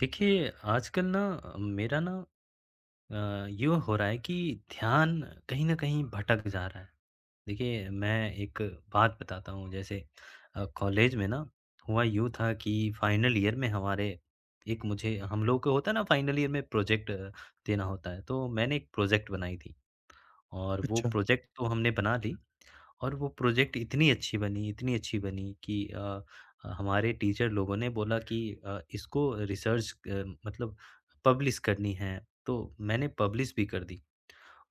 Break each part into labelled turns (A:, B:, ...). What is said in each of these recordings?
A: देखिए, आजकल ना मेरा ना यूँ हो रहा है कि ध्यान कहीं न कहीं भटक जा रहा है। देखिए, मैं एक बात बताता हूँ। जैसे कॉलेज में ना हुआ यूँ था कि फाइनल ईयर में हमारे एक मुझे हम लोग को होता है ना, फाइनल ईयर में प्रोजेक्ट देना होता है, तो मैंने एक प्रोजेक्ट बनाई थी और वो
B: अच्छा,
A: प्रोजेक्ट तो हमने बना ली। और वो प्रोजेक्ट इतनी अच्छी बनी कि हमारे टीचर लोगों ने बोला कि इसको रिसर्च मतलब पब्लिश करनी है, तो मैंने पब्लिश भी कर दी।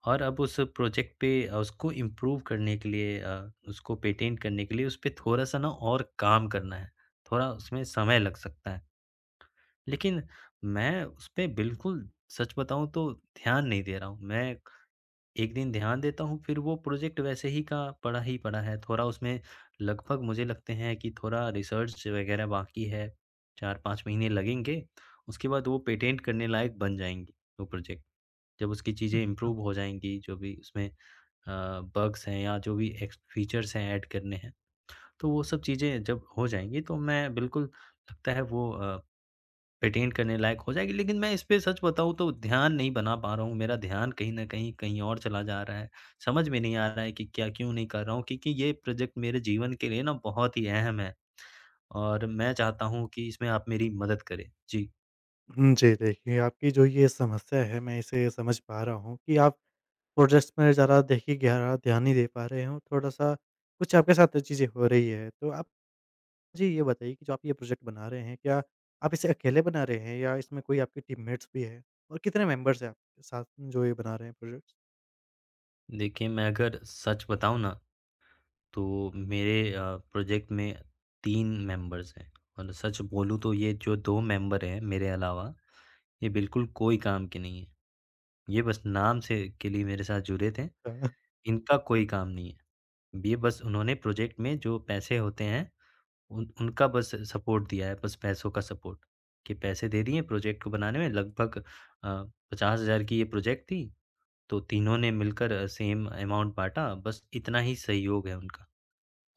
A: और अब उस प्रोजेक्ट पे उसको इम्प्रूव करने के लिए, उसको पेटेंट करने के लिए उस पे थोड़ा-सा ना और काम करना है, थोड़ा उसमें समय लग सकता है। लेकिन मैं उस पे बिल्कुल, सच बताऊँ तो, ध्यान नहीं दे रहा हूँ। मैं एक दिन ध्यान देता हूँ, फिर वो प्रोजेक्ट वैसे ही का पड़ा ही पड़ा है। थोड़ा उसमें लगभग मुझे लगते हैं कि थोड़ा रिसर्च वगैरह बाकी है, 4-5 महीने लगेंगे। उसके बाद वो पेटेंट करने लायक बन जाएँगी, वो प्रोजेक्ट। जब उसकी चीज़ें
B: अच्छा।
A: इम्प्रूव हो जाएँगी, जो भी उसमें अ, बग्स हैं या जो भी एक्स फीचर्स हैं ऐड करने हैं, तो वो सब चीज़ें जब हो जाएँगी, तो मैं बिल्कुल, लगता है वो रिटेन करने लायक हो जाएगी, लेकिन मैं इसपे सच बताऊँ तो ध्यान नहीं बना पा रहा हूँ। मेरा ध्यान कहीं न कहीं, कहीं और चला जा रहा है। समझ में नहीं आ रहा है कि क्या क्यों नहीं कर रहा हूँ, क्योंकि ये प्रोजेक्ट मेरे जीवन के लिए ना बहुत ही अहम है और मैं चाहता हूँ कि इसमें आप मेरी मदद करें। जी।
B: हुँ, जी, देखिए आपकी जो ये समस्या है मैं इसे समझ पा रहा हूँ कि आप प्रोजेक्ट्स में ज़्यादा देखिए गहरा ध्यान नहीं दे पा रहे हो, थोड़ा-सा कुछ आपके साथ चीज़ें हो रही है। तो आप मुझे ये बताइए कि जो आप ये प्रोजेक्ट बना रहे हैं, क्या आप इसे अकेले बना रहे हैं या इसमें कोई आपके टीममेट्स भी हैं? और कितने मेंबर्स हैं आपके साथ में जो ये बना रहे हैं प्रोजेक्ट्स?
A: देखिए, मैं अगर सच बताऊँ ना, तो मेरे प्रोजेक्ट में 3 मेंबर्स हैं और सच बोलूँ तो ये जो 2 मेंबर हैं मेरे अलावा, ये बिल्कुल कोई काम के नहीं हैं। ये बस नाम से के लिए मेरे साथ जुड़े थे, इनका कोई काम नहीं है। ये बस उन्होंने प्रोजेक्ट में जो पैसे होते हैं, उन उनका बस सपोर्ट दिया है, बस पैसों का सपोर्ट। कि पैसे दे दिए प्रोजेक्ट को बनाने में, लगभग अ, 50,000 की ये प्रोजेक्ट थी, तो तीनों ने मिलकर सेम अमाउंट बाँटा। बस इतना ही सहयोग है उनका,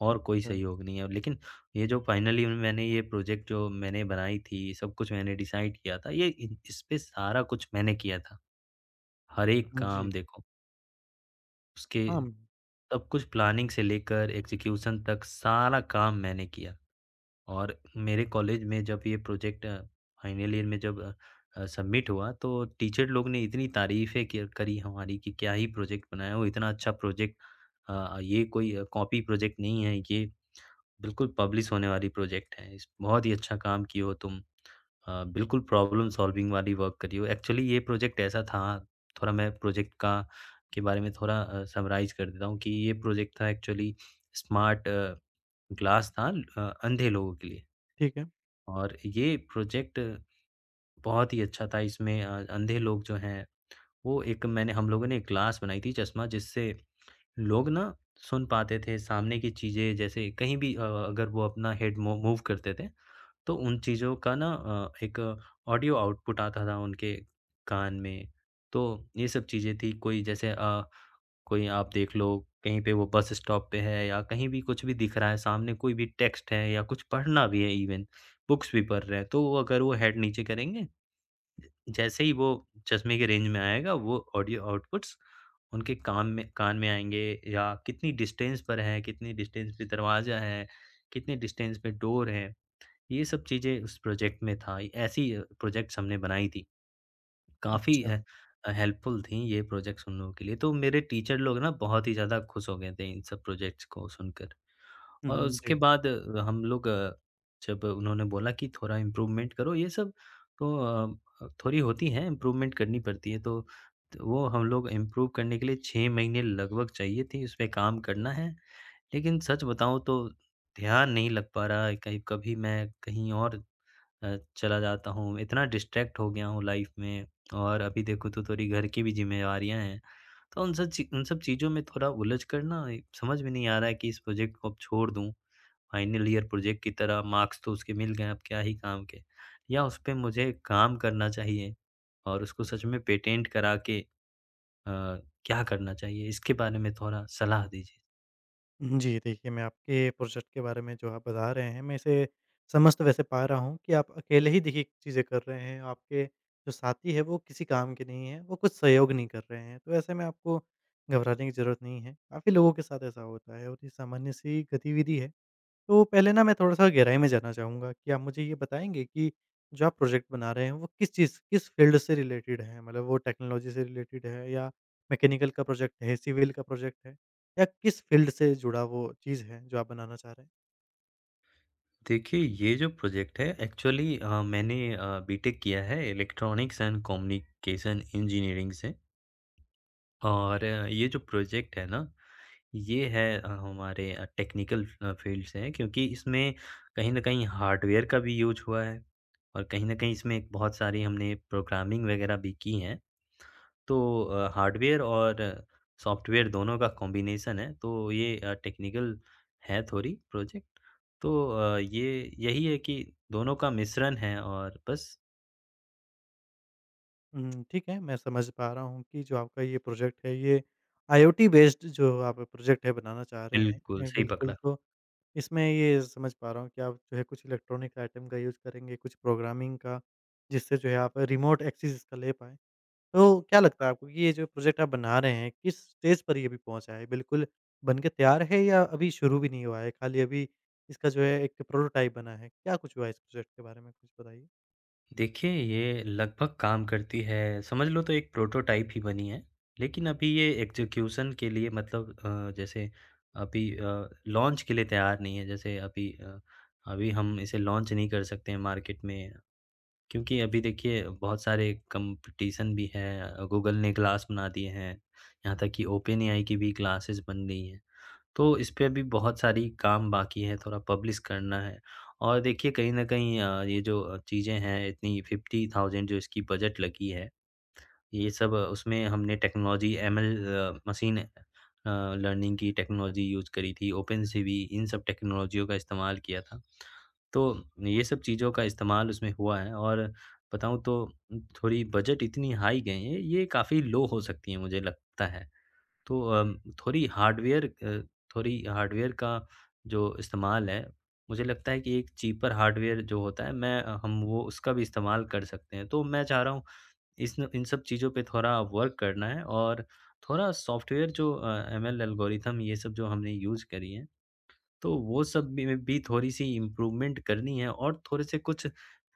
A: और कोई
B: अच्छा,
A: सहयोग नहीं है। लेकिन ये जो फाइनली मैंने ये प्रोजेक्ट जो मैंने बनाई थी, सब कुछ मैंने डिसाइड किया था, ये इन इसपे सारा कुछ मैंने किया था, हर एक
B: अच्छा,
A: काम,
B: जी।
A: देखो, उसके
B: हाँ,
A: सब कुछ प्लानिंग से लेकर एग्ज़ीक्यूशन तक सारा काम मैंने किया। और मेरे कॉलेज में जब ये प्रोजेक्ट फाइनल ईयर में जब सबमिट हुआ, तो टीचर लोग ने इतनी तारीफ़ें करी हमारी कि क्या ही प्रोजेक्ट बनाया हो, इतना अच्छा प्रोजेक्ट। ये कोई कॉपी प्रोजेक्ट नहीं है, ये बिल्कुल पब्लिश होने वाली प्रोजेक्ट है, इस बहुत ही अच्छा काम किए हो तुम। बिल्कुल प्रॉब्लम सॉल्विंग वाली वर्क करी हो। एक्चुअली ये प्रोजेक्ट ऐसा था, थोड़ा मैं प्रोजेक्ट का के बारे में थोड़ा समराइज कर देता हूँ। कि ये प्रोजेक्ट था एक्चुअली स्मार्ट ग्लास था, अंधे लोगों के लिए।
B: ठीक है।
A: और ये प्रोजेक्ट बहुत ही अच्छा था। इसमें अंधे लोग जो हैं, वो एक मैंने हम लोगों ने एक ग्लास बनाई थी, चश्मा, जिससे लोग ना सुन पाते थे सामने की चीज़ें। जैसे कहीं भी अगर वो अपना हेड मूव मूव करते थे, तो उन चीज़ों का ना एक ऑडियो आउटपुट आता था उनके कान में। तो ये सब चीज़ें थी, कोई जैसे कोई आप देख लो, कहीं पे वो बस स्टॉप पे है या कहीं भी कुछ भी दिख रहा है, सामने कोई भी टेक्स्ट है या कुछ पढ़ना भी है इवेन, बुक्स भी पढ़ रहे हैं, तो वो अगर वो हेड नीचे करेंगे, जैसे ही वो चश्मे के रेंज में आएगा, वो ऑडियो आउटपुट्स उनके कान में आएँगे। या कितनी डिस्टेंस पर है, कितनी डिस्टेंस पे दरवाज़ा है, कितनी डिस्टेंस पे डोर है, ये सब चीज़ें उस प्रोजेक्ट में था। ऐसी प्रोजेक्ट्स हमने बनाई थी। काफ़ी
B: अच्छा।
A: हेल्पफुल थी ये प्रोजेक्ट्स उन लोगों के लिए। तो मेरे टीचर लोग ना बहुत ही ज़्यादा खुश हो गए थे इन सब प्रोजेक्ट्स को सुनकर।
B: हुँ,
A: और
B: हुँ,
A: उसके
B: जी।
A: बाद हम लोग, जब उन्होंने बोला कि थोड़ा इम्प्रूवमेंट करो ये सब, तो थोड़ी होती है, इम्प्रूवमेंट करनी पड़ती है। तो त वो हम लोग इम्प्रूव करने के लिए 6 महीने लगभग चाहिए थी, उसपे काम करना है। लेकिन सच बताऊँ तो ध्यान नहीं लग पा रहा है, कहीं कभी मैं कहीं और चला जाता हूँ, इतना डिस्ट्रैक्ट हो गया हूँ लाइफ़ में। और अभी देखो तो थोड़ी घर की भी ज़िम्मेवारियाँ हैं। तो उन सब चीज़ों में थोड़ा उलझ कर ना, ये समझ में नहीं आ रहा है कि इस प्रोजेक्ट को अब छोड़ दूँ, फाइनल ईयर प्रोजेक्ट की तरह मार्क्स तो उसके मिल गए, अब क्या ही काम के। या उस पे मुझे काम करना चाहिए और उसको सच में पेटेंट करा के, अ, क्या करना चाहिए, इसके बारे में थोड़ा सलाह दीजिए?
B: जी, देखिए मैं आपके प्रोजेक्ट के बारे में जो आप बता रहे हैं, मैं इसे समझ तो वैसे पा रहा हूँ कि आप अकेले ही देखिए चीज़ें कर रहे हैं, आपके जो साथी हैं वो किसी काम के नहीं हैं, वो कुछ सहयोग नहीं कर रहे हैं, तो ऐसे में आपको घबराने की ज़रूरत नहीं है। काफ़ी लोगों के साथ ऐसा होता है और ये सामान्य सी गतिविधि है। तो पहले ना मैं थोड़ा-सा गहराई में जाना चाहूँगा कि आप मुझे ये बताएँगे कि जो आप प्रोजेक्ट बना रहे हैं, वो किस चीज़ किस फ़ील्ड से रिलेटेड है? मतलब वो टेक्नोलॉजी से रिलेटेड है या मैकेनिकल का प्रोजेक्ट है, सिविल का प्रोजेक्ट है या किस फ़ील्ड से जुड़ा वो चीज़ है जो आप बनाना चाह रहे हैं?
A: देखिए, ये जो प्रोजेक्ट है एक्चुअली, मैंने बीटेक किया है इलेक्ट्रॉनिक्स एंड कम्युनिकेशन इंजीनियरिंग से। और ये जो प्रोजेक्ट है ना, ये है हमारे टेक्निकल फ़ील्ड से है, क्योंकि इसमें कहीं न कहीं हार्डवेयर का भी यूज़ हुआ है और कहीं न कहीं इसमें एक बहुत सारी हमने प्रोग्रामिंग वग़ैरह भी की है। तो हार्डवेयर और सॉफ्टवेयर दोनों का कॉम्बिनेशन है, तो ये टेक्निकल है थोड़ी प्रोजेक्ट। तो ये यही है कि दोनों का मिश्रण है और बस,
B: हुँ, ठीक है, मैं समझ पा रहा हूँ कि जो आपका ये प्रोजेक्ट है, ये आईओटी बेस्ड जो आप प्रोजेक्ट है बनाना चाह रहे
A: बिल्कुल,
B: हैं।
A: सही
B: बिल्कुल,
A: पकड़ा।
B: तो इसमें ये समझ पा रहा हूँ कि आप जो है कुछ इलेक्ट्रॉनिक आइटम का यूज़ करेंगे, कुछ प्रोग्रामिंग का, जिससे जो है आप रिमोट एक्सेस इसका ले पाएँ। तो क्या लगता है आपको कि ये जो प्रोजेक्ट आप बना रहे हैं, किस स्टेज पर ये अभी पहुँचा है? बिल्कुल बन के तैयार है या अभी शुरू भी नहीं हुआ है, खाली अभी इसका जो है एक प्रोटोटाइप बना है? क्या कुछ हुआ है इस प्रोजेक्ट के बारे में, कुछ बताइए?
A: देखिए, ये लगभग काम करती है, समझ लो तो, एक प्रोटोटाइप ही बनी है। लेकिन अभी ये एग्ज़ीक्यूशन के लिए मतलब, जैसे अभी लॉन्च के लिए तैयार नहीं है। जैसे अभी अभी हम इसे लॉन्च नहीं कर सकते हैं मार्केट में, क्योंकि अभी देखिए बहुत सारे कंपटीशन भी है। गूगल ने ग्लास बना दिए हैं, यहाँ तक कि ओपेनएआई की भी ग्लासेस बन गई हैं। तो इस पे अभी बहुत सारी काम बाकी है, थोड़ा पब्लिश करना है। और देखिए कहीं न कहीं ये जो चीज़ें हैं इतनी, 50,000 जो इसकी बजट लगी है, ये सब, उसमें हमने टेक्नोलॉजी एमएल मशीन लर्निंग की टेक्नोलॉजी यूज़ करी थी, ओपेनसीवी, इन सब टेक्नोलॉजियों का इस्तेमाल किया था। तो ये सब चीज़ों का इस्तेमाल उसमें हुआ है और बताऊँ तो थोड़ी बजट इतनी हाई गई है, ये काफ़ी लो हो सकती है, मुझे लगता है। तो थोड़ी हार्डवेयर थोड़ी हार्डवेयर का जो इस्तेमाल है, मुझे लगता है कि एक चीपर हार्डवेयर जो होता है, हम वो उसका भी इस्तेमाल कर सकते हैं। तो मैं चाह रहा हूँ इस इन सब चीज़ों पे थोड़ा वर्क करना है और थोड़ा सॉफ्टवेयर जो एमएल एल्गोरिथम ये सब जो हमने यूज़ करी है, तो वो सब भी में भी थोड़ी-सी इम्प्रूवमेंट करनी है और थोड़े-से कुछ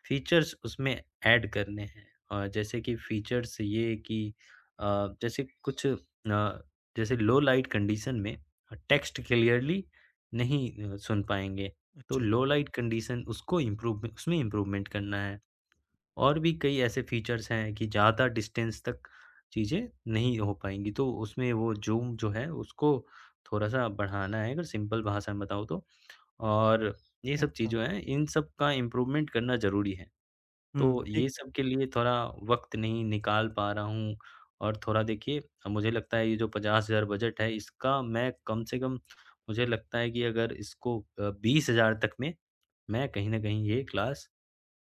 A: फीचर्स उसमें ऐड करने हैं। जैसे कि फीचर्स ये कि अ, जैसे कुछ जैसे लो लाइट कंडीशन में टेक्स्ट क्लियरली नहीं सुन पाएँगे, तो
B: अच्छा,
A: लो लाइट कंडीशन उसको इम्प्रूव, उसमें इम्प्रूवमेंट करना है। और भी कई ऐसे फीचर्स हैं कि ज़्यादा डिस्टेंस तक चीज़ें नहीं हो पाएँगी, तो उसमें वो ज़ूम जो है उसको थोड़ा-सा बढ़ाना है, अगर सिंपल भाषा में बताऊँ तो। और ये सब चीज़
B: अच्छा।
A: जो है, इन सब का इम्प्रूवमेंट करना ज़रूरी है। तो
B: हुँ,
A: ये
B: ठीक है।
A: सब के लिए थोड़ा वक़्त नहीं निकाल पा रहा हूँ और थोड़ा, देखिए, मुझे लगता है ये जो 50,000 बजट है इसका, मैं कम से कम मुझे लगता है कि अगर इसको 20,000 तक में मैं कहीं न कहीं ये क्लास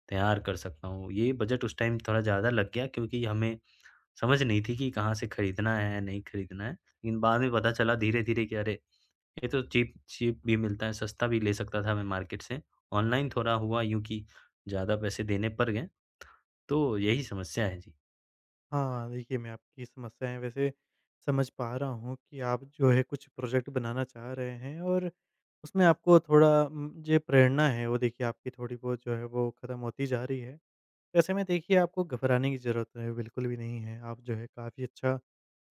A: तैयार कर सकता हूँ। ये बजट उस टाइम थोड़ा ज़्यादा लग गया, क्योंकि हमें समझ नहीं थी कि कहाँ से खरीदना है, नहीं खरीदना है। लेकिन बाद में पता चला धीरे-धीरे कि अरे! ये तो चीप चीप भी मिलता है, सस्ता भी ले सकता था मैं मार्केट से। ऑनलाइन थोड़ा हुआ यूँ कि ज़्यादा पैसे देने पड़ गए, तो यही समस्या है जी।
B: हाँ, देखिए मैं आपकी समस्याएँ वैसे समझ पा रहा हूँ कि आप जो है कुछ प्रोजेक्ट बनाना चाह रहे हैं और उसमें आपको थोड़ा जो प्रेरणा है वो देखिए आपकी थोड़ी बहुत जो है वो खत्म होती जा रही है। ऐसे में देखिए आपको घबराने की ज़रूरत है, बिल्कुल भी नहीं है। आप जो है काफ़ी अच्छा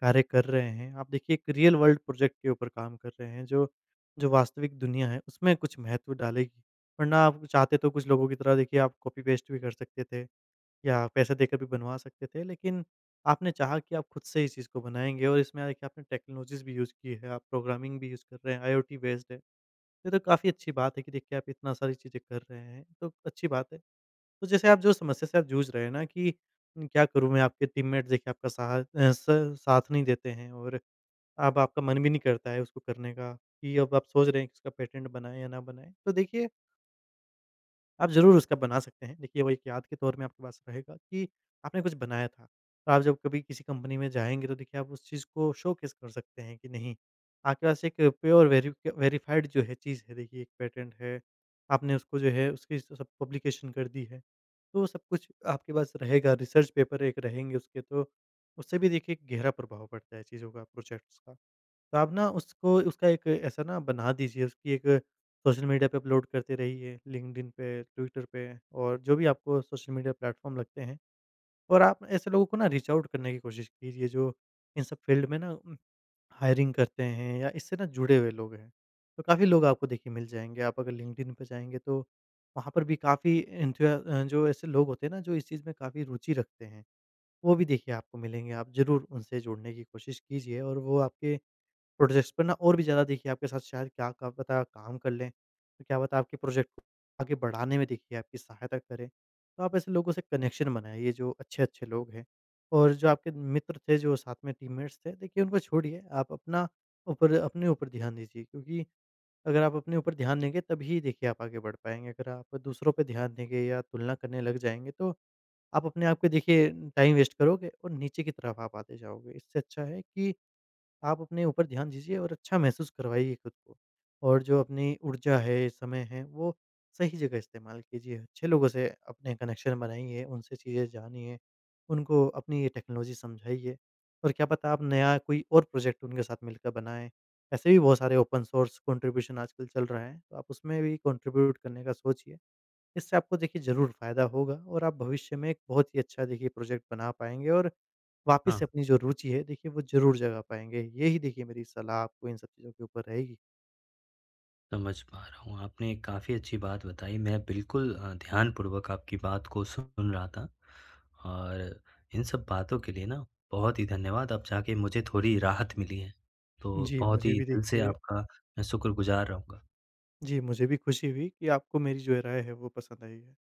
B: कार्य कर रहे हैं। आप देखिए एक रियल वर्ल्ड प्रोजेक्ट के ऊपर काम कर रहे हैं जो जो वास्तविक दुनिया है उसमें कुछ महत्व डालेगी। वरना आप चाहते तो कुछ लोगों की तरह देखिए आप कॉपी पेस्ट भी कर सकते थे या पैसे देकर भी बनवा सकते थे। लेकिन आपने चाहा कि आप खुद से इस चीज़ को बनाएँगे और इसमें देखिए आपने टेक्नोलॉजीज़ भी यूज़ की है, आप प्रोग्रामिंग भी यूज़ कर रहे हैं, आईओटी बेस्ड है। ये तो काफ़ी अच्छी बात है कि देखिए आप इतना सारी चीज़ें कर रहे हैं, तो अच्छी बात है। तो जैसे आप जो समस्या से आप जूझ रहे हैं ना कि "न, क्या करूँ मैं, आपके टीममेट देखिए आपका साथ अ, स साथ नहीं देते हैं और अब आपका मन भी नहीं करता है उसको करने का कि अब आप सोच रहे हैं कि इसका पेटेंट बनाएँ या ना बनाएँ। तो देखिए आप ज़रूर उसका बना सकते हैं। देखिए वो एक याद के तौर में आपके पास रहेगा कि आपने कुछ बनाया था। तो आप जब कभी किसी कंपनी में जाएँगे तो देखिए आप उस चीज़ को शोकेस कर सकते हैं कि नहीं, आपके पास एक प्योर वेरिफ़ाइड जो है चीज़ है देखिए एक पेटेंट है। आपने उसको जो है उसकी सब पब्लिकेशन कर दी है। तो वो सब कुछ आपके पास रहेगा, रिसर्च पेपर एक रहेंगे उसके, तो उससे भी देखिए एक गहरा प्रभाव पड़ता है चीज़ों का, प्रोजेक्ट्स का। तो आप ना उसको उसका एक ऐसा ना बना दीजिए, उसकी एक सोशल मीडिया पे अपलोड करते रहिए, लिंक्डइन पे, ट्विटर पे और जो भी आपको सोशल मीडिया प्लेटफ़ॉर्म लगते हैं, और आप ऐसे लोगों को ना रीच आउट करने की कोशिश कीजिए जो इन सब फ़ील्ड में ना हायरिंग करते हैं या इससे ना जुड़े हुए लोग हैं। तो काफ़ी लोग आपको देखिए मिल जाएँगे, आप अगर लिंक्डइन पे जाएँगे तो वहाँ पर भी काफ़ी जो ऐसे लोग होते हैं ना जो इस चीज़ में काफ़ी रुचि रखते हैं, वो भी देखिए आपको मिलेंगे, आप ज़रूर उनसे जुड़ने की कोशिश कीजिए और वो आपके प्रोजेक्ट्स पे ना और भी ज़्यादा देखिए आपके साथ शायद क्या क्या पता काम कर लें। तो क्या पता आपके प्रोजेक्ट को आगे बढ़ाने में देखिए आपकी सहायता करें। तो आप ऐसे लोगों से कनेक्शन बनाएँ, ये जो अच्छे-अच्छे लोग हैं। और जो आपके मित्र थे, जो साथ में टीममेट्स थे, देखिए उनको छोड़िए, आप अपना ऊपर अपने ऊपर ध्यान दीजिए, क्योंकि अगर आप अपने ऊपर ध्यान देंगे तभी देखिए आप आगे बढ़ पाएँगे। अगर आप दूसरों पे ध्यान देंगे या तुलना करने लग जाएँगे तो आप अपने आप को देखिए टाइम वेस्ट करोगे और नीचे की तरफ आप आते जाओगे। इससे अच्छा है कि आप अपने ऊपर ध्यान दीजिए और अच्छा महसूस करवाइए खुद को। और जो अपनी ऊर्जा है, समय है, वो सही जगह इस्तेमाल कीजिए। अच्छे लोगों से अपने कनेक्शन बनाइए, उनसे चीज़ें जानिए, उनको अपनी ये टेक्नोलॉजी समझाइए और क्या पता आप नया कोई और प्रोजेक्ट उनके साथ मिलकर बनाएँ। ऐसे भी बहुत सारे ओपन सोर्स कंट्रीब्यूशन आजकल चल रहे हैं, तो आप उसमें भी कंट्रीब्यूट करने का सोचिए। इससे आपको देखिए ज़रूर फ़ायदा होगा और आप भविष्य में एक बहुत ही अच्छा देखिए प्रोजेक्ट बना पाएँगे और वापस
A: हाँ,
B: से अपनी जो रुचि है देखिए वो ज़रूर जगा पाएँगे। यही देखिए मेरी सलाह आपको इन सब चीज़ों के ऊपर रहेगी।
A: समझ पा रहा हूँ, आपने काफ़ी अच्छी बात बताई। मैं बिल्कुल, ध्यानपूर्वक आपकी बात को सुन रहा था। और इन सब बातों के लिए ना बहुत ही धन्यवाद। अब जाके मुझे थोड़ी राहत मिली है, तो
B: जी,
A: बहुत
B: मुझे
A: ही
B: भी
A: दिल से
B: देखिए
A: आपका मैं शुक्रगुज़ार रहूँगा।
B: जी, मुझे भी खुशी हुई कि आपको मेरी जो ये राय है वो पसंद आई है।